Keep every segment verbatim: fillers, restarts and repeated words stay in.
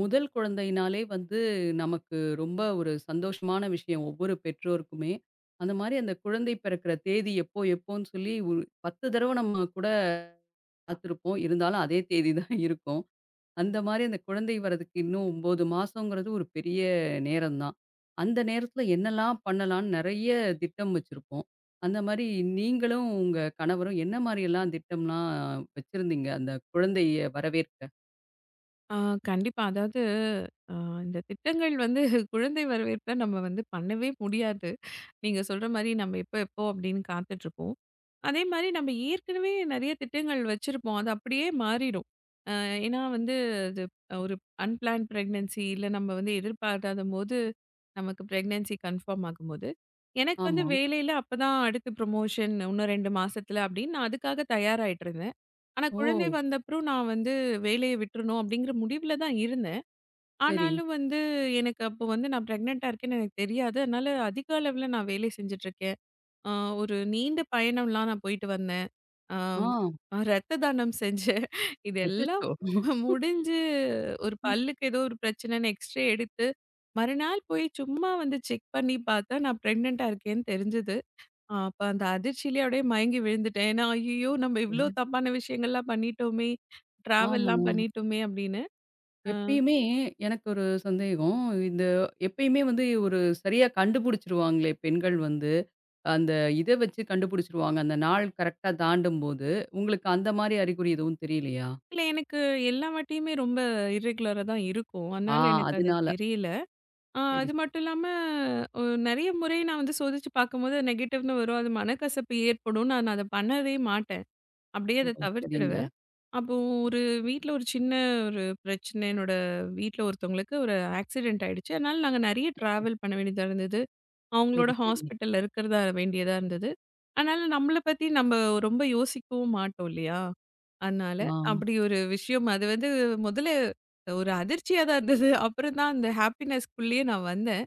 முதல் குழந்தையினாலே வந்து நமக்கு ரொம்ப ஒரு சந்தோஷமான விஷயம் ஒவ்வொரு பெற்றோருக்குமே. அந்த மாரி அந்த குழந்தை பிறக்கிற தேதி எப்போ எப்போன்னு சொல்லி ஒரு பத்து தடவ நம்ம கூட காத்திருப்போம். இருந்தாலும் அதே தேதி தான் இருக்கும். அந்த மாரி அந்த குழந்தை வரதுக்கு இன்னும் ஒன்பது மாசங்கிறது ஒரு பெரிய நேரம் தான். அந்த நேரத்தில என்னலாம் பண்ணலான்னு நெறைய திட்டம் வச்சிருப்போம். அந்த மாரி நீங்களும் உங்க கணவரும் என்ன மாரியெல்லாம் திட்டம்லாம் வச்சிருந்தீங்க அந்த குழந்தைய வரவேற்க? ஆ கண்டிப்பா. அதாவது, அ இந்த திட்டங்கள் வந்து குழந்தை வரவேற்ப நம்ம வந்து பண்ணவே முடியாது. நீங்க சொல்ற மாரி நம்ம எப்போ எப்போ அப்படின்னு காத்துட்ருப்போம். அதே மாரி நம்ம ஏற்கனவே நெறைய திட்டங்கள் வச்சிருப்போம். அது அப்படியே மாறிடும். அ ஏன்னா வந்து அது ஒரு அன்பிளான்ட் பிரெக்னன்சி இல்ல நம்ம வந்து எதிர்பார்க்காதபோது நமக்கு பிரெக்னன்சி கன்ஃபார்ம் ஆகும்போது, எனக்கு வந்து ஆமா. வேலையில அப்பதான் அடுத்து ப்ரமோஷன் இன்னும் ரெண்டு மாசத்துல அப்படின்னு நான் அதுக்காக தயாராயிட்டு இருந்தேன். ஆனா குழந்தை ஓ! வந்தப்புறம் நான் வந்து வேலைய விட்டுறணும் அப்படிங்கிற முடிவுல தான் இருந்தேன். சரி. ஆனாலும் வந்து எனக்கு அப்போ வந்து நான் பிரெக்னென்ட்டா இருக்கேன்னு எனக்கு தெரியாது. அதனால அதிக அளவுல நான் வேலை செஞ்சுட்ருக்கேன். அ ஒரு நீண்ட பயணம்லாம் நான் போயிட்டு வந்தேன். ஆ. ஆம் ஆஹ் ரத்த தானம் செஞ்சேன். இதெல்லாம் அச்சச்சோ! முடிஞ்சு ஒரு பல்லுக்கு ஏதோ ஒரு பிரச்சனைன்னு எக்ஸ்ரே எடுத்து, மறுநாள் போய் சும்மா வந்து செக் பண்ணி பார்த்தா, நான் பிரெக்னென்ட்டா இருக்கேன்னு தெரிஞ்சது. அ அப்ப அந்த அதிர்ச்சியிலே அப்படியே மயங்கி விழுந்துட்டேன். ஏன்னா, "ஐய்யயோ! நம்ம இவ்ளோ தப்பான விஷயங்கள்லாம் பண்ணிட்டோமே! ஆமா. ட்ராவல்லாம் பண்ணிட்டோமே!" அப்படின்னு. அ. எப்பயுமே எனக்கு ஒரு சந்தேகம். இந்த எப்பயுமே வந்து ஒரு சரியா கண்டுபிடிச்சுருவாங்களே பெண்கள் வந்து. அந்த இத வச்சு கண்டுபிடிச்சுருவாங்க. அந்த நாள் கரெக்ட்டா தாண்டும்போது. உங்களுக்கு அந்த மாரி அறிகுறி எதுவும் தெரியலையா? இல்ல எனக்கு எல்லா வாட்டியுமே ரொம்ப இர்ரெகுலரா தான் இருக்கும். ஆ அதனால எனக்கு அது அதனால. தெரியல. அ சரி, அது சரி. மட்டும் இல்லாம அ நெறைய முறை நான் வந்து சோதிச்சு பார்க்கும்போது நெகட்டிவ்னு வரும். அது மனக்கசப்பு ஏற்படும். நான் அத பண்ணவே மாட்டேன். அப்படியே ஓ! அத சரிங்க. தவிர்த்துடுவேன். அப்போ ஒரு வீட்ல ஒரு சின்ன ஒரு பிரச்சனை என்னோட வீட்ல ஒருத்தவங்களுக்கு ஒரு ஆக்சிடென்ட் ஆயிடுச்சு. அதனால நாங்க நெறைய டிராவல் பண்ண வேண்டியதா இருந்தது. அவங்களோட சரி, சரி. ஹாஸ்பிட்டல்ல இருக்கிறதா வேண்டியதா இருந்தது. அதனால நம்மள பத்தி நம்ம ரொம்ப யோசிக்கவும் மாட்டோம் இல்லையா? அதனால ஆ அப்படி ஒரு விஷயம் அது வந்து முதல்ல ஒரு அதிர்ச்சியா தான் இருந்தது. அப்புறம் தான் அந்த ஹாப்பினஸ்க்குள்ளேயே நான் வந்தேன்.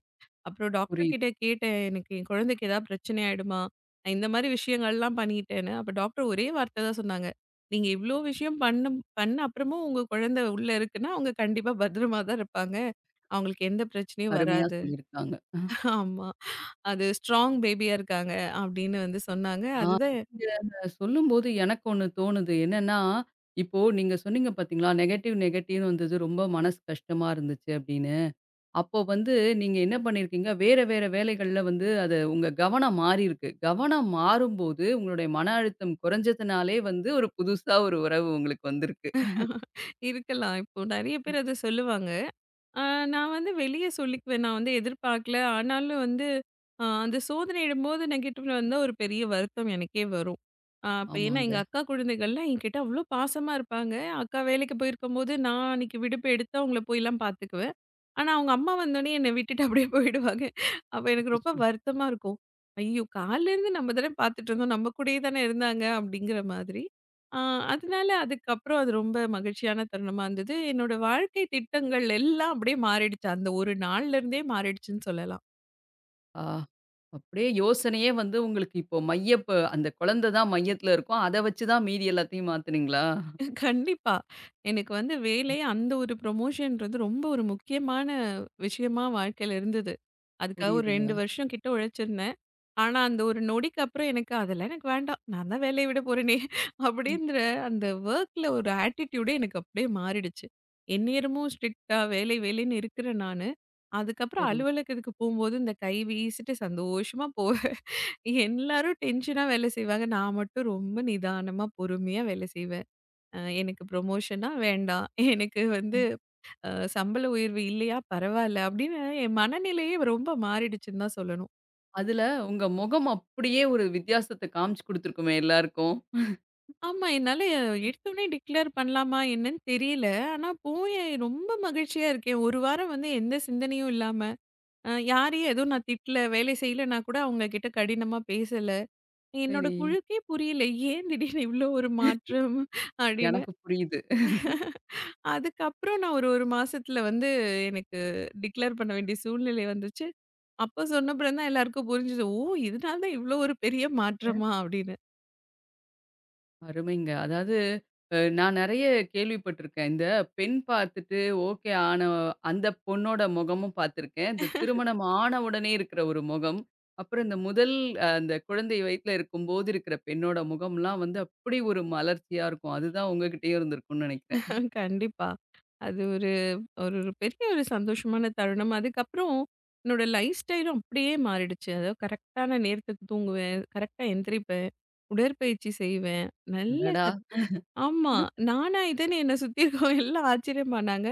அப்புறம் டாக்டர் புரியுது. கிட்ட கேட்டேன். எனக்கு என் குழந்தைக்கு ஏதாவது பிரச்சனை ஆயிடுமா? நான் இந்த மாதிரி விஷயங்கள்லாம் பண்ணிட்டேன்னு. அப்ப டாக்டர் ஒரே வார்த்தை தான் சொன்னாங்க. நீங்க இவ்ளோ விஷயம் பண்ணும் பண்ண அப்புறமும் உங்க குழந்தை உள்ள இருக்குன்னா, அவங்க கண்டிப்பா பத்திரமா தான் இருப்பாங்க. அவங்களுக்கு எந்த பிரச்சனையும் அருமையா வராது. சொல்லியிருக்காங்க. ஆமா. அது ஸ்ட்ராங் பேபியா இருக்காங்க அப்படின்னு வந்து சொன்னாங்க. ஆ. அதுதான் நீங்க அத சொல்லும்போது எனக்கு ஒண்ணு தோணுது. என்னன்னா, இப்போ நீங்க சொன்னீங்க பார்த்தீங்களா, நெகட்டிவ் நெகட்டிவ்னு வந்தது ரொம்ப மனசு கஷ்டமா இருந்துச்சு அப்படின்னு. அப்போ வந்து நீங்க என்ன பண்ணியிருக்கீங்க, வேற வேற வேலைகள்ல வந்து அது உங்க கவனம் மாறியிருக்கு. கவனம் மாறும்போது உங்களுடைய மன அழுத்தம் குறைஞ்சதுனாலே வந்து ஒரு புதுசா ஒரு உறவு உங்களுக்கு வந்திருக்கு. இருக்கலாம். இப்போ நெறைய பேர் அத சொல்லுவாங்க. ஆ, நான் வந்து வெளிய சொல்லிக்குவேன். நான் வந்து எதிர்பார்க்கல. ஆனாலும் வந்து அ அந்த சோதனையிடும்போது நெகட்டிவ்ல வந்தா ஒரு பெரிய வருத்தம் எனக்கே வரும். அ அப்ப ஏன்னா எங்க ஆமாங்க. அக்கா குழந்தைகள்லாம் என்கிட்ட அவ்ளோ பாசமா இருப்பாங்க. அக்கா வேலைக்கு போயிருக்கும்போது, நான் அன்னைக்கு விடுப்பு எடுத்து அவங்கள போய்லாம் பார்த்துக்குவேன். ஆனா அவங்க அம்மா வந்தோனே என்னை விட்டுட்டு அப்படியே போயிடுவாங்க. அப்ப எனக்கு ரொம்ப அச்சச்சோ! வருத்தமா இருக்கும். ஐயோ! காலையிலேருந்து நம்ம தானே பார்த்துட்டு இருந்தோம். நம்ம கூடயே தானே இருந்தாங்க அப்படிங்கிற மாதிரி. ஆ அதனால அதுக்கப்புறம் அது ரொம்ப மகிழ்ச்சியான தருணமா இருந்தது. என்னோட வாழ்க்கை திட்டங்கள் எல்லாம் அப்படியே மாறிடுச்சு. அந்த ஒரு நாள்ல இருந்தே மாறிடுச்சுன்னு சொல்லலாம். ஆ. அப்படியே யோசனையே வந்து உங்களுக்கு இப்போ மையப்ப அந்த குழந்தை தான் மையத்துல இருக்கும். அத வச்சு தான் மீதி எல்லாத்தையும் மாத்துனீங்களா? கண்டிப்பா. எனக்கு வந்து வேலை அந்த ஒரு ப்ரமோஷன்றது ரொம்ப ஒரு முக்கியமான விஷயமா வாழ்க்கையில இருந்தது. அதுக்காக ஒரு ரெண்டு புரியுதுங்க. வருஷம் கிட்ட உழைச்சிருந்தேன். ஆனா, அந்த ஒரு நொடிக்கு அப்புறம் எனக்கு அதெல்லாம் எனக்கு வேண்டாம். நான் தான் வேலைய விட போறேனே! ம். அப்பிடின்ற அந்த வொர்க்ல ஒரு ஆட்டிட்யூடே எனக்கு அப்பிடியே மாறிடுச்சு. எந்நேரமும் ஸ்ட்ரிக்ட்டா வேலை, வேலைன்னு இருக்கிற நானு, அதுக்கப்புறம் சரி. அலுவலகத்துக்கு போம்போது இந்த கை வீசிட்டு சந்தோஷமா போவேன். எல்லாரும் டென்ஷனா வேலை செய்வாங்க. நான் மட்டும் ரொம்ப நிதானமா, பொறுமையா வேலை செய்வேன். அ எனக்கு ப்ரொமோஷனா வேண்டாம். எனக்கு வந்து அ சம்பள உயர்வு இல்லையா? பரவால்ல. அப்படின்னு என் மனநிலையே ரொம்ப மாறிடுச்சுன்னு தான் சொல்லணும். அதுல உங்க முகம் அப்படியே ஒரு வித்தியாசத்த காமிச்சு குடுத்துருக்குமே எல்லாருக்கும். ஆமா, என்னால எடுத்தோனே டிக்ளேர் பண்ணலாமா என்னன்னு தெரியல. ஆனா போய் ரொம்ப மகிழ்ச்சியா இருக்கேன். ஒரு வாரம் வந்து எந்த சிந்தனையும் இல்லாம, அ யாரையும் எதுவும் நான் திட்டல, வேலை செய்யலன்னா கூட அவங்க கிட்ட கடினமா பேசல. என்னோட சரி. குழுக்கே புரியல. ஏன் திடீர்னு இவ்ளோ ஒரு மாற்றம்? அப்படின்னு. எனக்கு புரியுது. அதுக்கப்புறம் நான் ஒரு 1 மாசத்துல வந்து எனக்கு டிக்ளேர் பண்ண வேண்டிய சூழ்நிலை வந்துச்சு. அப்ப சொன்ன அப்புறம் தான் எல்லாருக்கும் புரிஞ்சது. ஓ! இதனால தான் இவ்ளோ ஒரு பெரிய மாற்றமா? அப்படின்னு. அருமைங்க. அதாவது அ நான் நெறைய கேள்விப்பட்டுருக்கேன். இந்த பெண் பார்த்துட்டு ஓகே ஆன அந்த பொண்ணோட முகமும் பார்த்துருக்கேன். இந்த திருமணம் ஆன உடனே இருக்கிற ஒரு முகம். அப்புறம் இந்த முதல் அ அந்த குழந்தை வயித்துல இருக்கும்போது இருக்கிற பெண்ணோட முகம்லாம் வந்து அப்படி ஒரு மலர்ச்சியா இருக்கும். அதுதான் உங்ககிட்டயும் இருந்திருக்கும்னு நெனைக்கிறேன். கண்டிப்பா. அது ஒரு ஒரு ஒரு பெரிய ஒரு சந்தோஷமான தருணம். அதுக்கப்புறம் என்னோட லைஃப் ஸ்டைலும் அப்படியே மாறிடுச்சு. அதாவது கரெக்ட்டான நேரத்துக்கு தூங்குவேன். கரெக்ட்டா எந்திரிப்பேன். உடற்பயிற்சி செய்வேன். நல்ல அடடா! சத் ஆமா. நானா இதுன்னு என்னை சுத்தி இருக்கவங்க எல்லாம் ஆச்சரியம் பண்ணாங்க.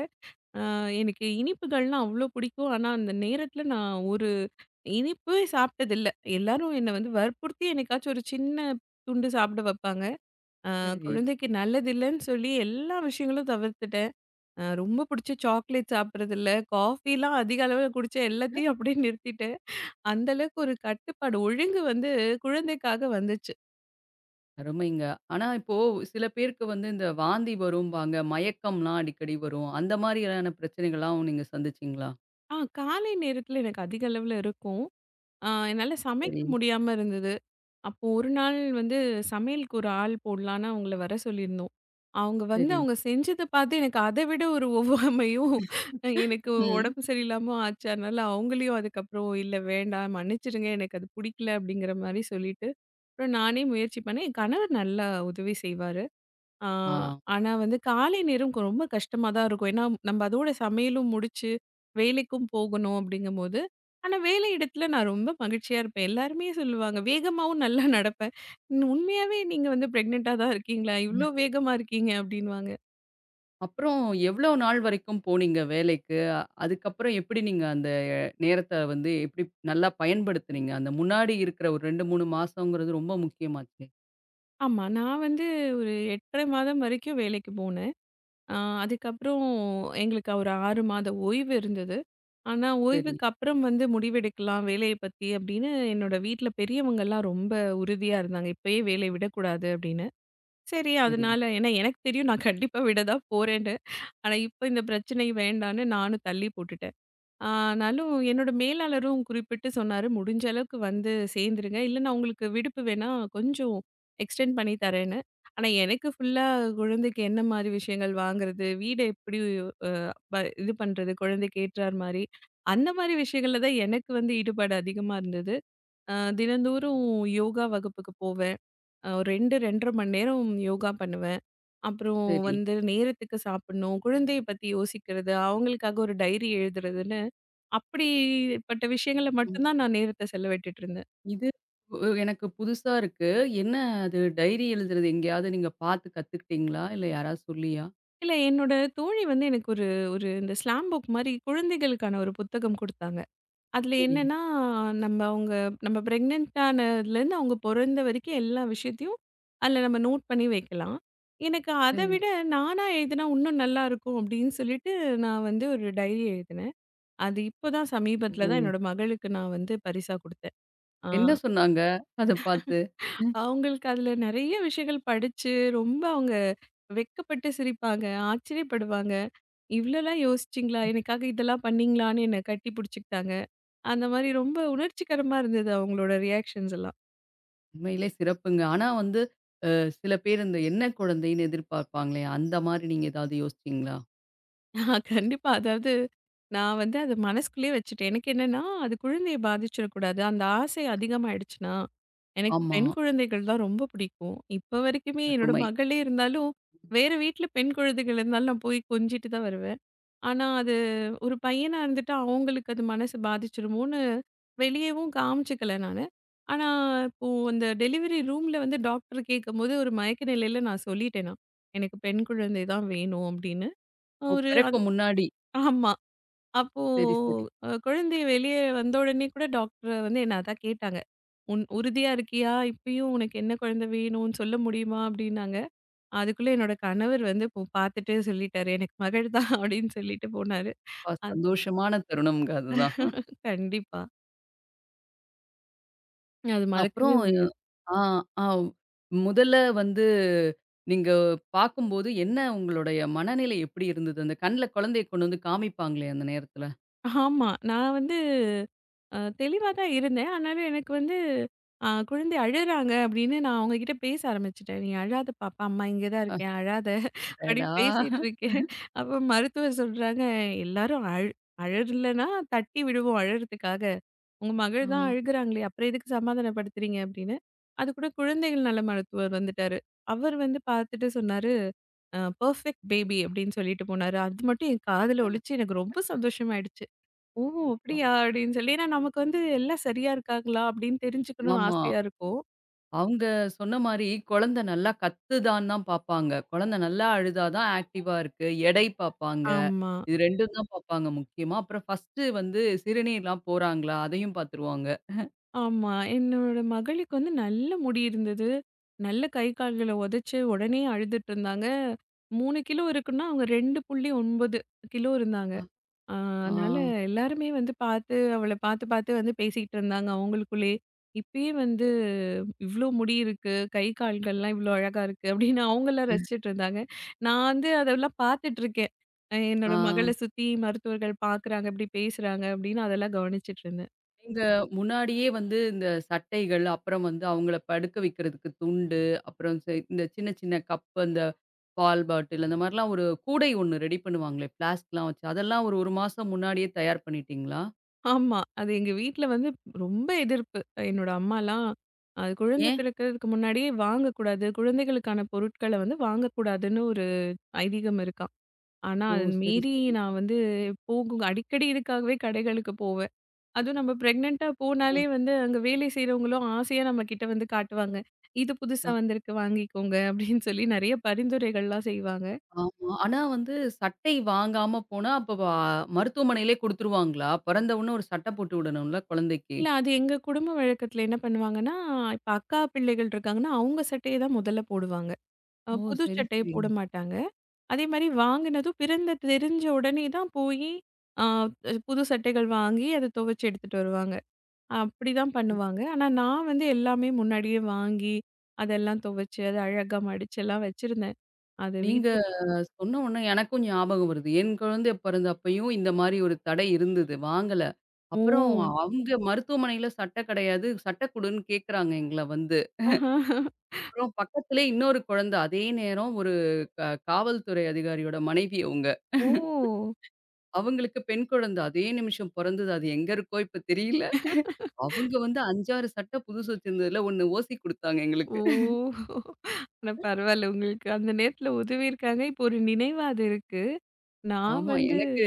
அ எனக்கு இனிப்புகள்லாம் அவ்ளோ பிடிக்கும். ஆனா அந்த நேரத்துல நான் ஒரு இனிப்பே சாப்பிட்டதில்ல. எல்லாரும் என்ன வந்து வற்புறுத்தி என்னைக்காச்சும் ஒரு சின்ன துண்டு சாப்பிட வைப்பாங்க. அ சரி. குழந்தைக்கு நல்லதில்லன்னு சொல்லி எல்லா விஷயங்களும் தவிர்த்துட்டேன். அ ரொம்ப பிடிச்ச சாக்லேட் சாப்பிடுறதில்ல. காஃபிலாம் அதிக அளவுல குடிச்சேன். எல்லாத்தையும் அப்படியே நிறுத்திட்டேன். அந்த அளவுக்கு ஒரு கட்டுப்பாடு, ஒழுங்கு வந்து குழந்தைக்காக வந்துச்சு. அருமைங்க. ஆனா இப்போ சில பேருக்கு வந்து இந்த வாந்தி வரும்பாங்க, மயக்கம்லாம் அடிக்கடி வரும். அந்த மாதிரியான பிரச்சனைகள்லாம் நீங்க சந்திச்சீங்களா? ஆ காலை நேரத்தில எனக்கு அதிக அளவுல இருக்கும். ஆ என்னால சமைக்க சரி. முடியாம இருந்தது. அப்போ ஒரு நாள் வந்து சமையலுக்கு ஒரு ஆள் போடலான்னு அவங்கள வர சொல்லியிருந்தோம். அவங்க வந்து சரி. அவங்க செஞ்சத பார்த்து எனக்கு அத விட ஒரு ஒவ்வாமையும், அஹ் எனக்கு ம். உடம்பு சரியில்லாம ஆச்சு. அதனால அவங்களையும் அதுக்கப்புறம் "இல்ல வேண்டாம் மன்னிச்சிடுங்க எனக்கு அது பிடிக்கல" அப்படிங்கிற மாரி சொல்லிட்டு, அப்புறம் நானே முயற்சி பண்ணேன். என் கணவர் நல்லா உதவி செய்வாரு. ஆ, ஆ. ஆனா வந்து காலை நேரம் கொ ரொம்ப கஷ்டமா தான் இருக்கும். ஏன்னா, நம்ம அதோட சமையலும் முடிச்சு, வேலைக்கும் போகணும் அப்படிங்கும்போது, ஆனா வேலை இடத்துல நான் ரொம்ப மகிழ்ச்சியா இருப்பேன். எல்லாருமே சொல்லுவாங்க, வேகமாவும் நல்லா நடப்பேன். "நு உண்மையாவே நீங்க வந்து பிரெக்னன்ட்டா தான் இருக்கீங்களா? அ. இவ்ளோ வேகமா இருக்கீங்க" அப்படின்னுவாங்க. அப்புறம் எவ்வளோ நாள் வரைக்கும் போனீங்க வேலைக்கு? அ- அதுக்கப்புறம் எப்படி நீங்க அந்த நேரத்த வந்து எப்படி நல்லா பயன்படுத்துனீங்க? அந்த முன்னாடி இருக்கிற ஒரு ரெண்டு, மூணு மாசங்கிறது ரொம்ப முக்கியமாச்சே. ஆமா, நான் வந்து ஒரு எட்டு அரை மாதம் வரைக்கும் வேலைக்கு போனேன். ஆ அதுக்கப்புறம் எங்களுக்கு ஒரு ஆறு மாத ஓய்வு இருந்தது. ஆனா, சரி, ஓய்வுக்கு அப்புறம் வந்து முடிவெடுக்கலாம் வேலைய பத்தி அப்படின்னு என்னோட வீட்ல பெரியவங்கலாம் ரொம்ப உறுதியா இருந்தாங்க. இப்பயே வேலைய விடக்கூடாது அப்படின்னு. சரி சரி, அதனால ஏன்னா எனக்கு தெரியும் நான் கண்டிப்பா விட தான் போறேன்னு. ஆனா, இப்ப இந்த பிரச்சனை வேண்டான்னு நானும் தள்ளி போட்டுட்டேன். ஆனாலும் என்னோட மேலாளரும் குறிப்பிட்டு சொன்னாரு, "முடிஞ்ச அளவுக்கு வந்து சேர்ந்துருங்க. இல்ல நான் உங்களுக்கு விடுப்பு வேணா கொஞ்சம் எக்ஸ்டெண்ட் பண்ணி தரேன்னு." ஆனா எனக்கு ஃபுல்லா குழந்தைக்கு என்ன மாரி விஷயங்கள் வாங்குறது, வீட எப்படி அ ப இது பண்றது, குழந்தைக்கு ஏற்றார் மாரி, அந்த மாரி விஷயங்கள்ல தான் எனக்கு வந்து ஈடுபாடு அதிகமா இருந்தது. அ தினந்தோறும் யோகா வகுப்புக்கு போவேன். அ ஒரு ரெண்டு, ரெண்டு அரை மணி நேரம் யோகா பண்ணுவேன். அப்புறம் சரி. வந்து நேரத்துக்கு சாப்பிடணும், குழந்தைய பத்தி யோசிக்கிறது, அவங்களுக்காக ஒரு டைரி எழுதுறதுன்னு அப்படிப்பட்ட விஷயங்கள்ல ம். மட்டும் தான் நான் நேரத்த செலவிட்டுட்டு இருந்தேன். இது உ எனக்கு புதுசா இருக்கு. என்ன அது டைரி எழுதுறது எங்கேயாவது நீங்க பார்த்து கத்துக்கிட்டீங்களா? இல்ல யாராவது சொல்லியா? இல்ல என்னோட தோழி வந்து எனக்கு ஒரு ஒரு இந்த ஸ்லாம் புக் மாரி குழந்தைகளுக்கான ஒரு புத்தகம் குடுத்தாங்க. அதுல சரி, என்னன்னா, நம்ம அவங்க நம்ம பிரெக்னன்ட் ஆனதுலேருந்து அவங்க பொறந்த வரைக்கும் எல்லா விஷயத்தையும் அதுல நம்ம நோட் பண்ணி வைக்கலாம். எனக்கு அத சரி. விட நானா எழுதுனா இன்னும் நல்லாயிருக்கும் அப்படின்னு சொல்லிட்டு நான் வந்து ஒரு டைரி எழுதினேன். அது இப்போ தான் சமீபத்தில ஓ! தான் என்னோட மகளுக்கு நான் வந்து பரிசா குடுத்தேன். ஆ. என்ன சொன்னாங்க? அத பார்த்து? ம். அவங்களுக்கு அதுல நெறைய விஷயங்கள் படிச்சு, ரொம்ப அவங்க வெட்கப்பட்டு சிரிப்பாங்க, ஆச்சரியப்படுவாங்க. "இவ்ளோலாம் யோசிச்சீங்களா? எனக்காக இதெல்லாம் பண்ணீங்களான்னு?" என்ன கட்டி புடிச்சுக்கிட்டாங்க. அந்த மாரி ரொம்ப உணர்ச்சிகரமா இருந்தது அவங்களோட ரியாக்ஷன்ஸ் எல்லாம். உண்மையிலே சிறப்புங்க. ஆனா வந்து அ சில பேர் இந்த என்ன குழந்தைன்னு எதிர்பார்ப்பாங்களே, அந்த மாரி நீங்க ஏதாவது யோசிச்சீங்களா? ஆஹ் கண்டிப்பா. அதாவது நான் வந்து அத மனசுக்குள்ளேயே வச்சுட்டேன். எனக்கு என்னன்னா, அது குழந்தைய பாதிச்சிடக்கூடாது. அந்த ஆசை அதிகமாயிடுச்சுனா, எனக்கு ஆமா, பெண் குழந்தைகள் தான் ரொம்ப பிடிக்கும். இப்ப வரைக்குமே என்னோட அருமை. மகளே இருந்தாலும், வேற வீட்ல பெண் குழந்தைகள் இருந்தாலும் நான் போய் கொஞ்சிட்டு தான் வருவேன். ஆனா, அது ஒரு பையனா இருந்துட்டா அவங்களுக்கு அது மனசு பாதிச்சுருமோன்னு வெளியவும் காமிச்சுக்கல நானு. ஆனா, இப்போ அந்த டெலிவரி ரூம்ல வந்து டாக்டர் கேட்கும்போது ஒரு மயக்க நிலையில நான் சொல்லிட்டேன் நான். எனக்கு பெண் குழந்தை தான் வேணும் அப்படின்னு. ஓ! ஒரு அத் பிறக்க முன்னாடி. ஆமா. அப்போ சரி, சரி. அ குழந்தை வெளிய வந்த உடனே கூட டாக்டர் வந்து என்ன அதான் கேட்டாங்க. "உன் உறுதியா இருக்கியா? இப்பயும் உனக்கு என்ன குழந்தை வேணும்னு சொல்ல முடியுமா?" அப்படின்னாங்க. அதுக்குள்ள என்னோட கணவர் வந்து இப்போ பார்த்துட்டு சொல்லிட்டாரு. "எனக்கு மகள் தான்" அப்படின்னு சொல்லிட்டு போனாரு. அப்பா சந்தோஷமான தருணம்ங்க அதுதான். கண்டிப்பா. அது மறக்கவே அப்புறம் முடியாது. ஆ, ஆ முதல்ல வந்து நீங்க பார்க்கும்போது என்ன உங்களுடைய மனநிலை எப்படி இருந்தது? அந்த கண்ல குழந்தைய கொண்டு வந்து காமிப்பாங்களே அந்த நேரத்துல. ஆமா. நான் வந்து அ தெளிவா தான் இருந்தேன். ஆனாலும் எனக்கு வந்து அ குழந்தை அழுறாங்க அப்படின்னு நான் அவங்ககிட்ட பேச ஆரம்பிச்சுட்டேன். "நீ அழாத பாப்பா, அம்மா இங்க தான் அ இருக்கேன். அழாத" அப்படின்னு அடடா! பேசிட்டு இருக்கேன். அப்ப மருத்துவர் சொல்றாங்க, "எல்லாரும் அழு அழறலன்னா தட்டி விடுவோம் அழறதுக்காக. உங்க ஆ, மகள் தான் அழுகுறாங்களே, அப்புறம் எதுக்கு சமாதானப்படுத்துறீங்க?" அப்படின்னு. அதுக்கூட குழந்தைகள் நல மருத்துவர் வந்துட்டாரு. அவர் வந்து பார்த்துட்டு சொன்னாரு. அ பெர்ஃபெக்ட் பேபி அப்படின்னு சொல்லிட்டு போனாரு. அது மட்டும் என் காதுல ஒலிச்சு எனக்கு ரொம்ப சந்தோஷமாயிடுச்சு. ஓ! பா அப்படியா அப்படின்னு சொல்லி ஏன்னா நமக்கு வந்து எல்லாம் சரியா இருக்காங்களா அப்படின்னு தெரிஞ்சுக்கணும்னு ஆமா. ஆசையா இருக்கும். அவங்க சொன்ன மாரி, குழந்தை நல்லா கத்துதான்னு தான் பாப்பாங்க. குழந்தை நல்லா அழுதா தான் ஆக்டிவா இருக்கு. எடை பாப்பாங்க. ஆமா. இது 2ம் தான் பாப்பாங்க முக்கியமா. அப்புறம் ஃபர்ஸ்ட்டு வந்து சிறுநீர்லாம் போறாங்களா? அதையும் பாத்துருவாங்க. ஆமா. என்னோட மகளுக்கு வந்து நல்ல முடி இருந்தது. நல்ல கை கால்கள உதைச்சு உடனே அழுதுட்டு இருந்தாங்க. மூணு கிலோ இருக்குன்னா அவங்க ரெண்டு புள்ளி ஒன்பது கிலோ இருந்தாங்க. ஆ. ஆ, ஆ, அதனால எல்லாருமே வந்து பார்த்து அவள பார்த்து பார்த்து வந்து பேசிக்கிட்டு இருந்தாங்க அவங்களுக்குள்ளயே. இப்பயே வந்து இவ்ளோ முடி இருக்கு, கை கால்கள்லாம் இவ்ளோ அழகா இருக்கு அப்படின்னு அவங்கலாம் ரசிச்சுட்டு இருந்தாங்க. நான் வந்து அதெல்லாம் பார்த்துட்டு இருக்கேன். அ என்னோட ஆ. மகள சுத்தி மருத்துவர்கள் பார்க்குறாங்க, இப்படி பேசுறாங்க அப்படின்னு அதெல்லாம் கவனிச்சுட்டு இருந்தேன். நீங்க முன்னாடியே வந்து இந்த சட்டைகள், அப்புறம் வந்து அவங்கள படுக்க வைக்கிறதுக்கு துண்டு, அப்புறம் செ இந்த சின்ன சின்ன கப்பு, அந்த பால் பாட்டில் அந்த மாரிலாம் ஒரு கூடை ஒண்ணு ரெடி பண்ணுவாங்களே! பிளாஸ்க்லாம் வச்சு. அதெல்லாம் ஒரு 1 மாசம் முன்னாடியே தயார் பண்ணிட்டீங்களா? ஆமா. அது எங்க வீட்ல வந்து ரொம்ப எதிர்ப்பு. என்னோட அம்மாலாம் அது குழந்தை ஏன்? பிறக்கிறதுக்கு முன்னாடியே வாங்கக்கூடாது, குழந்தைகளுக்கான பொருட்கள வந்து வாங்கக்கூடாதுன்னு ஒரு ஐதீகம் இருக்கு. ஆனா, ஓ! அத சரி, மீறி சரி. நான் வந்து போகும் அடிக்கடி இதுக்காகவே கடைகளுக்கு போவேன். அதுவும் நம்ம பிரெக்னன்ட்டா ஆ, ஆ. போனாலே வந்து அங்க வேலை செய்றவங்களும் ஆசையா நம்ம கிட்ட வந்து காட்டுவாங்க. "இது புதுசா வந்திருக்கு வாங்கிக்கோங்க" அப்படின்னு சொல்லி நெறைய பரிந்துரைகள்லாம் செய்வாங்க. ஆமா. ஆனா வந்து சட்டை வாங்காம போனா, அப்ப வ மருத்துவமனையிலே குடுத்துருவாங்களா? பிறந்த உடனே ஒரு சட்டை போட்டு விடணும்ல குழந்தைக்கு. இல்ல அது எங்க குடும்ப வழக்கத்துல என்ன பண்ணுவாங்கன்னா, இப்ப அக்கா பிள்ளைகள் இருக்காங்கன்னா, அவங்க சட்டைய தான் முதல்ல போடுவாங்க. அ ஓ! புது சரி, சட்டைய சரி. போட மாட்டாங்க. அதே மாரி வாங்கினதும் பிறந்த தெரிஞ்ச உடனே தான் போயி, அ புது சட்டைகள் வாங்கி அத துவச்சு எடுத்துட்டு வருவாங்க. அப்படிதான் பண்ணுவாங்க. ஆனா, நான் வந்து எல்லாமே முன்னாடியே வாங்கி, அதெல்லாம் துவைச்சு, அத அழகா மடிச்சு எல்லாம் வச்சிருந்தேன். அது நீங்க வீட்ல சொன்ன உடனே எனக்கும் ஞாபகம் வருது. என் குழந்தை பிறந்த அப்பயும் இந்த மாரி ஒரு தடை இருந்தது. வாங்கல. ஓ! அப்புறம் அவங்க மருத்துவமனையில சட்டை கிடையாது. சட்டை குடுன்னு கேட்குறாங்க எங்கள வந்து. ஆஹா. அப்புறம் பக்கத்திலே இன்னொரு குழந்தை. அதே நேரம் ஒரு க காவல்துறை அதிகாரியோட மனைவி அவங்க. ஓ! அவங்களுக்கு பெண் குழந்தை அதே நிமிஷம் பொறந்தது. அது எங்க இருக்கோ இப்ப தெரியல. அவங்க வந்து ஐந்து, ஆறு சட்டை புதுசு வச்சிருந்ததுல ஒரு ஓசி குடுத்தாங்க எங்களுக்கு. ஓ! ஆனா பரவால்ல. உங்களுக்கு அந்த நேரத்துல உதவி இருக்காங்க. இப்போ ஒரு நினைவா அது இருக்கு. நான் ஆமா. வந்து எனக்கு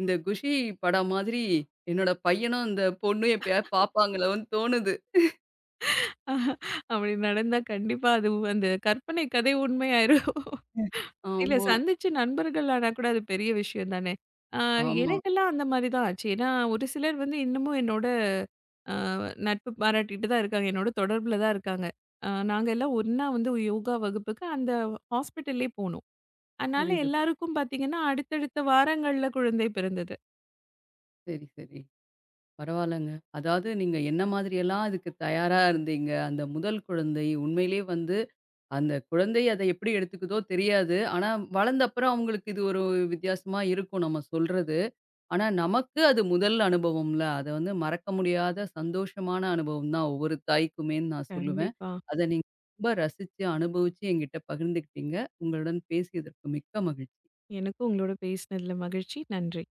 இந்த குஷி படம் மாதிரி என்னோட பையனும், அந்த பொண்ணும் எப்பயாவது பாப்பாங்களோன்னு தோணுது. ஆஹா, அப்படி நடந்தா கண்டிப்பா அது உ- அந்த கற்பனை கதை உண்மையாயிரும். ம். இல்ல ஆமா, சந்திச்ச நண்பர்கள் ஆனா கூட அது பெரிய விஷயம் தானே! ஆ ஆமா. எனக்கெல்லாம் அந்த மாரி தான் ஆச்சு. ஏன்னா ஒரு சிலர் வந்து இன்னமும் என்னோட அ நட்பு பாராட்டிட்டு தான் இருக்காங்க. என்னோட தொடர்புல தான் இருக்காங்க. அ நாங்க எல்லாம் ஒண்ணா வந்து யோகா வகுப்புக்கு அந்த ஹாஸ்பிட்டல்லே போனோம். அதனால புரியுது. எல்லாருக்கும் பார்த்தீங்கன்னா, அடுத்தடுத்த வாரங்கள்ல குழந்தை பிறந்தது. சரி, சரி. பரவால்லங்க. அதாவது நீங்க என்ன மாதிரியெல்லாம் அதுக்கு தயாரா இருந்தீங்க. அந்த முதல் குழந்தை உண்மையிலேயே வந்து அந்த குழந்தை அத எப்படி எடுத்துக்குதோ தெரியாது. ஆனா வளர்ந்த அப்புறம் அவங்களுக்கு இது ஒரு வித்தியாசமா இருக்கும் நம்ம சொல்றது. ஆனா, நமக்கு அது முதல் அனுபவம்ல. அது வந்து மறக்க முடியாத சந்தோஷமான அனுபவம் தான் ஒவ்வொரு தாய்க்குமேன்னு நான் சொல்லுவேன். கண்டிப்பா. அத நீங்க ரொம்ப ரசிச்சு, அனுபவிச்சு என்கிட்ட பகிர்ந்துக்கிட்டீங்க. உங்களுடன் பேசியதற்கு மிக்க மகிழ்ச்சி. எனக்கும் உங்களோட பேசினதுல மகிழ்ச்சி. நன்றி.